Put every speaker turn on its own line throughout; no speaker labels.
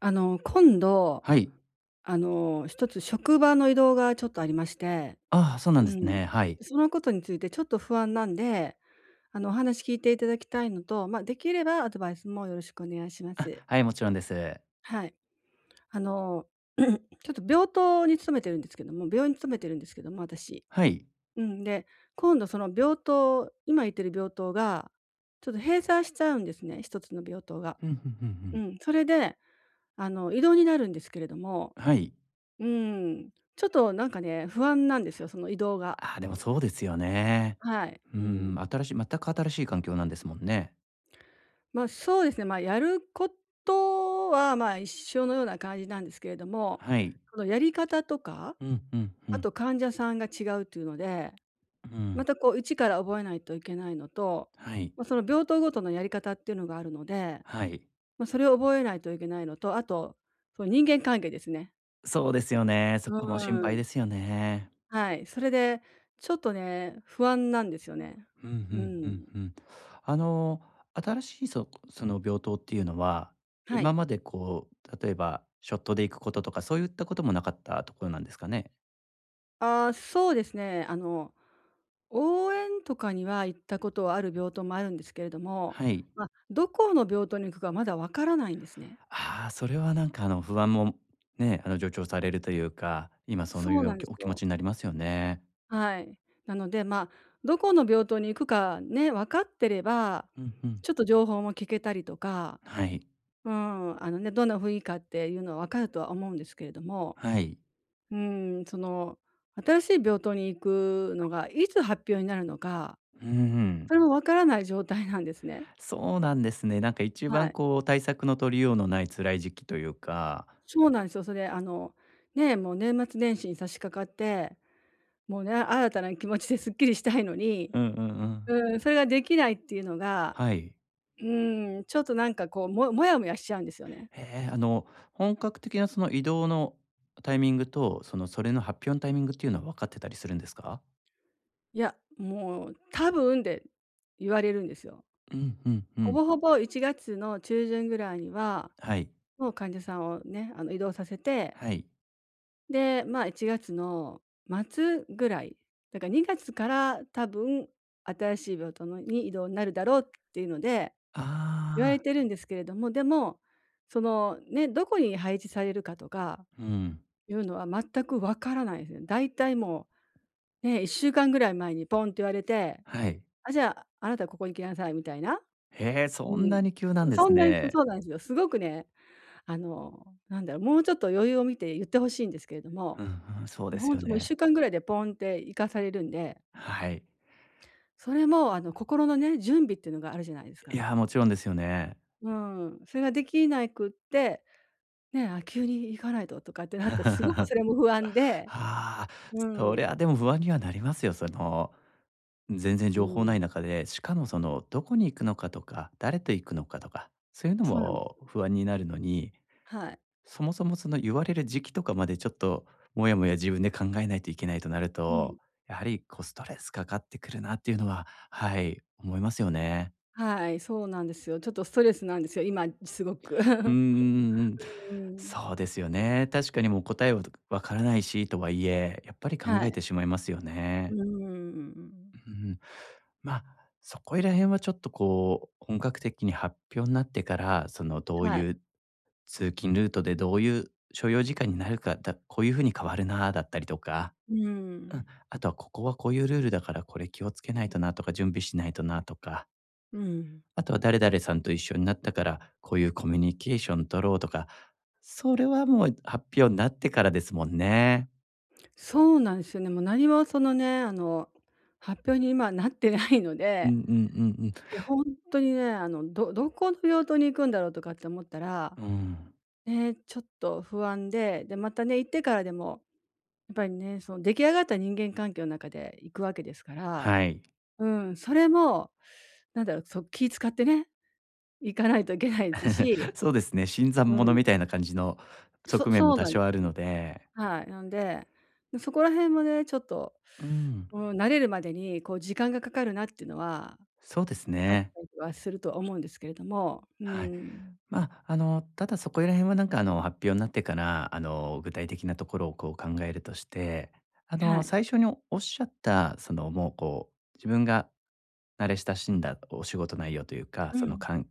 今度、
はい。
一つ職場の移動がちょっとありまして、
ああ、そうなん
う
です
ん。
ね。はい。
そのことについてちょっと不安なんで、お話聞いていただきたいのと、まあ、できればアドバイスもよろしくお願いしま
あ、
す。
はい、もちろんです。
はい。あの、ちょっと病棟に勤めてるんですけども病院に勤めてるんですけども、私。
はい。
うん、で、今いてる病棟が、ちょっと閉鎖しちゃうんですね、一つの病棟が。
ふんふんふんふ
う
ん。
ん、それで、移動になるんですけれども。
はい。
うん。ちょっとなんかね、不安なんですよ、その移動が。
ああ、でもそうですよね。
はい。
う
う
ー
ん。
ん、新しい全く新しい環境なんですもんね。
ま、そうですね、ま、やることは、ま、一緒のような感じなんですけれども、
はい。
このやり方とか、
うん、うんう
あ
ん。
と患者さんが違うっていうので、
う
ま
ん。
たこう一から覚えないといけないのと、
はい。
まあ、その病棟ごとのやり方っていうのがあるので、
はい。
まあ、それを覚えないといけないのと、あと、その人間関係ですね。
そうですよね。そ
う
こも心配で
ん。
すよね。
はい。それで、ちょっとね、不安なんですよね。
うん、
う
うんう
ん。
んうん。あの、新しいの病棟っていうのは、
は
今
い。
までこう、例えばショットで行くこととか、そういったこともなかったところなんですかね？
ああ、そうですね。応援とかには行ったことはある病棟もあるんですけれども、
はい。
まあ、どこの病棟に行くかまだわからないんですね。
ああ、それはなんかあの不安もね、あの助長されるというか、今そ
そ
うい
う
う
なんです
お気持
よ。
ちになりますよね。
はい。なので、まあ、どこの病棟に行くかね、分かってれば、
うんうん。
ちょっと情報も聞けたりとか、
はい。
うん、あのね、どんな雰囲気かっていうのは分かるとは思うんですけれども、
はい。
うん、その、新しい病棟に行くのがいつ発表になるのか、
うん
それも分からない状態なんですね。
そうなんですね。なんか一
は
番
い。
こう対策の取りようのない辛い時期というか。
そうなんですよ。それ、ね、もう年末年始に差し掛かって、もうね、新たな気持ちですっきりしたいのに、
うんうんうん。
うん、それができないっていうのが、
はい。
うーん、ちょっとなんかこう、もやもやしちゃうんですよね。
えーあの、本格的なその移動のタイミングと、そのそれの発表のタイミングっていうのは分かってたりするんですか？
いや、もう「多分」で言われるんですよ。
うんうんう
ほ
ん。
ぼほぼ1月の中旬ぐらいには、
はい。
もう患者さんをね、移動させて、
はい。
で、まあ、1月の末ぐらい、だから2月から多分、新しい病棟のに移動になるだろうっていうので
あ
言われ
あ。
てるんですけれども、でも、その、ね、どこに配置されるかとか
うん。
いうのは全くわからないですね。だいたいもう、ね、1週間ぐらい前にポンって言われて、
はい。
あ、じゃあ、あなたここに来なさいみたいな。
へえ、
う
そん
ん。
なに急なんです
そ
ね。
うなんですよ。すごくね、なんだろう、もうちょっと余裕を見て言ってほしいんですけれど
う
も、
んうん、そうです
ほん
よ
ともう
ね。
1週間ぐらいでポンって行かされるんで、
はい。
それも心のね、準備っていうのがあるじゃないです
い
か。
や、もちろんですよね。
うん。それができなくってね、あ、急に行かないととかってなって、すごくそ れも不安で、
ああ、
う
そり
ん、
ゃでも不安にはなりますよ。その、全然
う
情報な
ん、
い中で、しかもその、どこに行くのかとか、誰と行くのかとか、そういうの
そうなんで
も
すよ。
不安になるのに、
はい。
そもそもその言われる時期とかまでちょっと、もやもや自分で考えないといけないとなる
う
と、
ん。
やはりこうストレスかかってくるなっていうのは、はい、思いますよね。
はい、そうなんですよ。ちょっとストレスなんですよ、今すごく。
うん うんうんうん。
うん。
そうですよね。確かにもう答えはわからないしとはいえ、やっぱり考
は
え
い。
てしまいますよね。
うん。
うん。まあ、そこいら辺はちょっとこう、本格的に発表になってから、そのどう
はい。
いう通勤ルートでどういう所要時間になるか、だこういうふうに変わるなだったりとか、
うん。
あとはここはこういうルールだからこれ気をつけないとなとか、準備しないとなとか、
うん。
あとは誰々さんと一緒になったから、こういうコミュニケーション取ろうとか、それはもう発表になってからですもんね。
そうなんですよね。もう何もそのね、発表に今なってないの
うんう
で、
んうんうん。
いや本当にね、どこの病棟に行くんだろうとかって思ったら、
うん。
ね、ちょっと不安で、で、またね、行ってからでもやっぱりね、その出来上がった人間関係の中で行くわけですから、
はい。
うん、それも、なんだろう、そう、気使ってね、行かないといけないですし、
そうですね、新参
う
者
ん、
みたいな感じの側
そ
面
そ
も
う
多
なん
少あるので。
はい、なんで、そこら辺もね、ちょっと、
うん、
うん、慣れるまでに、こう、時間がかかるなっていうのは、
そうです
あっ
ね。
たりはするとは思うんですけれども、う
はい。
ん、
まあ、あの、ただそこら辺はなんかあの、発表になってから、あの、具体的なところをこう考えるとして、あ
は
の、
い。
最初におっしゃった、その、もうこう、自分が慣れ親しんだお仕事内容というか、
う
その、
ん、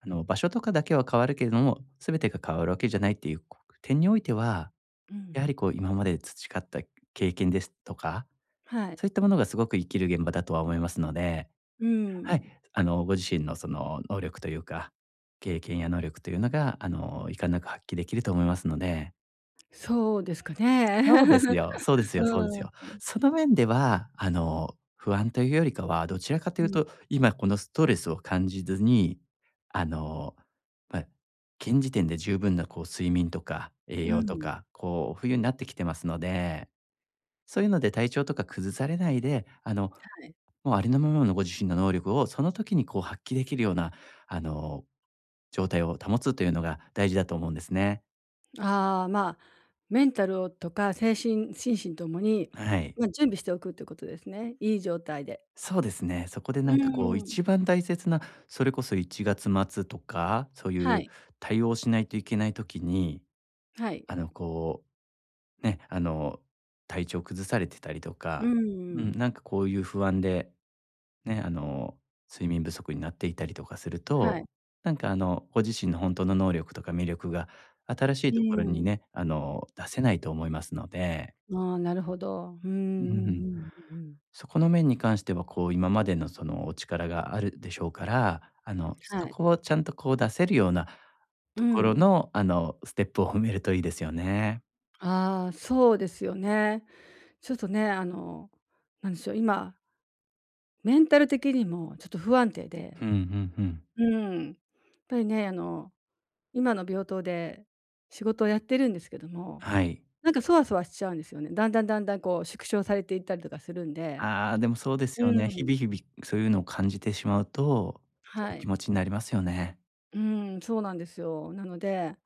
あの、場所とかだけは変わるけれども、全てが変わるわけじゃないっていう、こう点においては、
うん、
やはりこう今まで培った経験ですとか、
はい。
そういったものがすごく生きる現場だとは思いますので、
う
はい、
ん。
あの、ご自身のその能力というか、経験や能力というのが、あの、いかんなく発揮できると思いますので。
そうですかね。
そうです よ、そうですよそうです
うん、
よ。その面では、あの、不安というよりかは、どちらかと
う
いう
ん、
と、今このストレスを感じずに、あの、ま、現時点で十分なこう睡眠とか栄
う
養と
ん、
か、こう冬になってきてますので、そういうので体調とか崩されないで、あの、
はい。
もうありのままのご自身の能力をその時にこう発揮できるような、あの、状態を保つというのが大事だと思うんですね。
ああ、まあ、メンタルをとか、精神心身ともに、
はい。
ま、準備しておくってことですね。いい状態で。
そうですね。そこで
う
な
ー
んかこう
ん。
一番大切な、それこそ1月末とか、そうい
は
う
い、
対応しないといけない時に、
はい。
あのこう、ね、あの、体調崩されてたりと
う
か、うん、
ん、
なんかこういう不安でね、あの、睡眠不足になっていたりとかする
は
と、
い。
なんかあの、ご自身の本当の能力とか魅力が新しい
う
と
ー
ころに
ん。
ね、あの、出せないと思いますので、
ああ、なるほど。う
う
んうんう
ん、
んうんうん。
そこの面に関しては、こう、今までのそのお力があるでしょうから、あの、
は
そ
い。
こをちゃんとこう出せるような
う
ところ
ん。
の、あの、ステップを踏めるといいですよね。
ああ、そうですよね。ちょっとね、なんでしょう、今、メンタル的にもちょっと不安定で、
うんうんうん。
うん。やっぱりね、今の病棟で仕事をやってるんですけども、
はい。
なんか、そわそわしちゃうんですよね。だんだんだんだん、こう、縮小されていったりとかするんで。
ああ、でもそうです
う
よね。日
ん。
々日々そういうのを感じてしまうと、そういう
は
気
い。
持ちになりますよね。
うん、そうなんですよ。なので、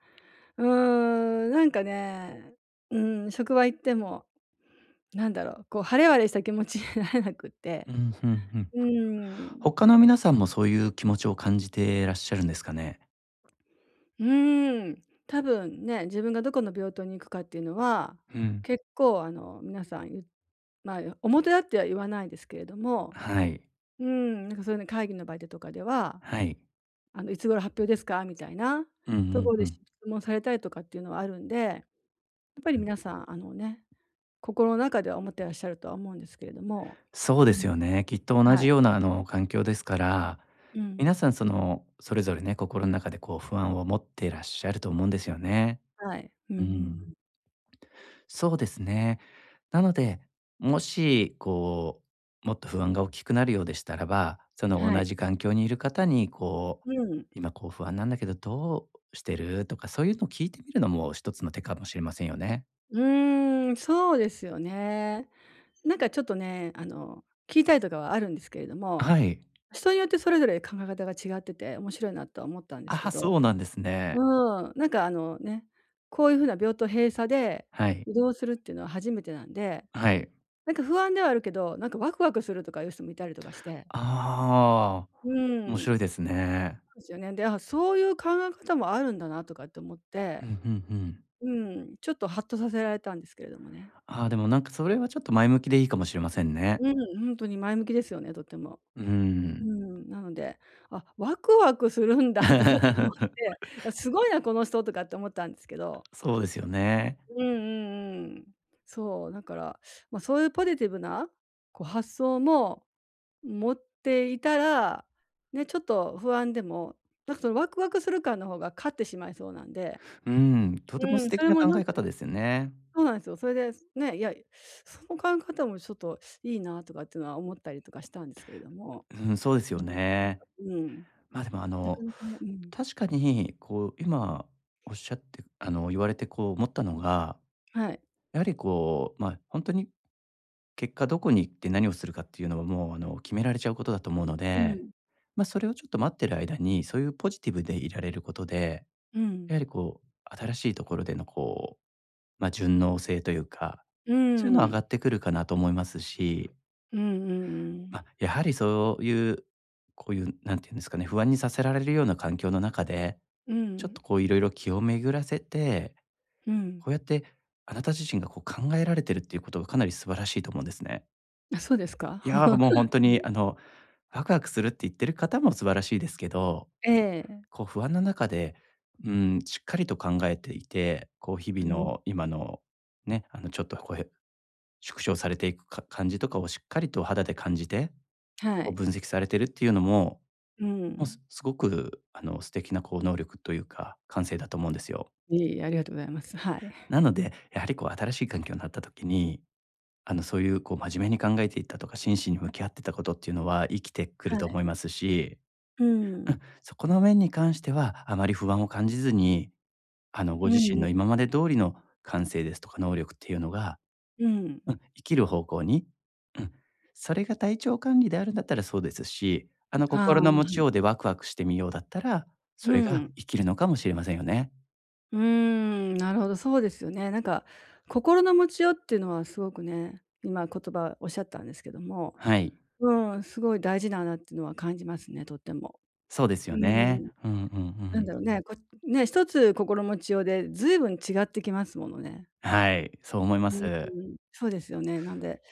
うーん、なんかね、うん、職場行っても、なんだろう、こう、晴れ晴れした気持ちになれなくって。
うん、ふんふん。
うん。
他の皆さんもそういう気持ちを感じてらっしゃるんですかね？
うーん。多分ね、自分がどこの病棟に行くかっていうのは、
うん。
結構、皆さん言っ、まあ、表だっては言わないですけれども、
はい。
うん、なんか、そういうの会議の場でとかでは
はい。
「いつ頃発表ですか？」みたいな
うんう
と
ん
ころ
う
で質
ん。
問されたりとかっていうのはあるんで、やっぱり
うん。
皆さん、あのね、心の中では思ってらっしゃるとは思うんですけれども。
そう
う
で
ん、
すよね。きっと同
はい。
じような、あの、環境ですから、
うん。
皆さんその、それぞれね、心の中でこう不安を持ってらっしゃると思うんですよね。
はい。うんう
うん。
ん
そうですね。なので、もし、こう、もっと不安が大きくなるようでしたらば、その
は
同
い。
じ環境にいる方に、こう、
うん。
今こう不安なんだけど、どうしてる？とか、そういうのを聞いてみるのも一つの手かもしれませんよね。
うーん、そうですよね。なんかちょっとね、聞いたりとかはあるんですけれども、
はい。
人によってそれぞれ考え方が違ってて面白いなとは思ったんです
あ
け
あ、
ど。
そうなんですね。
うん、なんかあのね、こういうふうな病棟閉鎖で
はい。
移動するっていうのは初めてなんで、
はい。
なんか不安ではあるけど、なんかワクワクするとかいう人もいたりとかして。
ああ、
う
面
ん、
白いですね。
そうですよね。で、あ、そういう考え方もあるんだなとかって思って、
うんうんうん。
うん、ちょっとハッとさせられたんですけれどもね。
ああ、でもなんかそれはちょっと前向きでいいかもしれませんね。
うん、本当に前向きですよね、とっても。
う
う
ん。
ん、なので、あ、ワクワクするんだとかって思っ て、いやすごいなこの人とかって思ったんですけど。
そうですよね。
うんうんうん。そう、だから、まあ、そういうポジティブな、こう発想も持っていたら、ね、ちょっと不安でも、なんかそのワクワクする感の方が勝ってしまいそうなんで、
うん、とても
う
素
ん、そ
敵
れ
な
も
考
なん
え
か
方ですよね。
そうなんですよ。それで、ね、いや、その考え方もちょっといいなとかっていうのは思ったりとかしたんですけれども、
うん、そうですよね。
うん、
まあ、でも、あ
なか
の、
なかうん、なかなかね、うん、
確かに、こう、今おっしゃってあの、言われて、こう、思ったのが、
はい。
やはり、こう、まあ、本当に結果どこに行って何をするかっていうのは、もう、あの、決められちゃうことだと思うの
う
で、
ん、
ま、それをちょっと待ってる間に、そういうポジティブでいられることで、
う
や
ん、
はり、こう、新しいところでの、こう、ま、順応性というか、
う
そういうのは上が
ん、
ってくるかなと思いますし、
うんうんう
ま
ん。
あ、やはりそういう、こういう、なんていうんですかね、不安にさせられるような環境の中で、
う
ちょっ
ん、
とこういろいろ気を巡らせて、
うん。
こうやってあなた自身がこう考えられてるっていうことがかなり素晴らしいと思うんですね。
あ、そうですか？
いやー、もう 本当にあの、ワクワクするって言ってる方も素晴らしいですけど、
ええ。
こう不安の中で、うん、しっかりと考えていて、こう日
う
々
ん、
の今のね、あのちょっとこう縮小されていくか感じとかをしっかりと肌で感じて、
は
こう
い。
分析されてるっていうのも、
う
もう、
ん。
すごく、あの、素敵なこう能力というか、感性だと思うんですよ。
いえいえ、ありがとうございます。はい。
なので、やはりこう新しい環境になった時に、あの、そういうこう真面目に考えていったとか、真摯に向き合ってたことっていうのは生きてく
は
ると思
い。
いますし、
う
う
ん。
ん、そこの面に関してはあまり不安を感じずに、あの、ご
う
自
ん
身
う
の今
ん。
まで通りの感性ですとか能力っていうのが、
うん。
うん、生きる方向に。うん。それが体調管理であるんだったらそうですし、あの、
あ
心の持
あ。
ちようでワクワクしてみようだったら、そ
う
れが
ん。
生きるのかもしれませんよね。
うーん、なるほど、そうですよね。なんか、心の持ちようっていうのはすごくね、今言葉おっしゃったんですけども、
はい。
うん、すごい大事だなっていうのは感じますね、とっても。
そうです
う
よね。
ん、
うんうん
な
う
ん
ん。
だろうね、一つ心持ちようでずいぶん違ってきますものね。
はい、そう思いま
うん、
す。
そうですよね。なんで、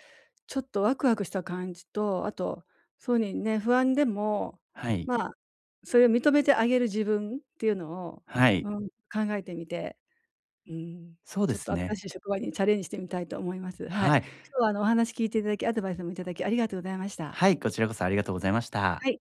ちょっとワクワクした感じと、あと、そうにね、不安でも、
はい。
まあ、それを認めてあげる自分っていうのを、
はい。
うん、考えてみて、うん、
そうで
ちょっと
す
新
ね。
しい職場にチャレンジしてみたいと思います。はい。
はい。
今日はあのお話聞いていただき、アドバイスもいただきありがとうございました。
はい、こちらこそありがとうございました。
はい。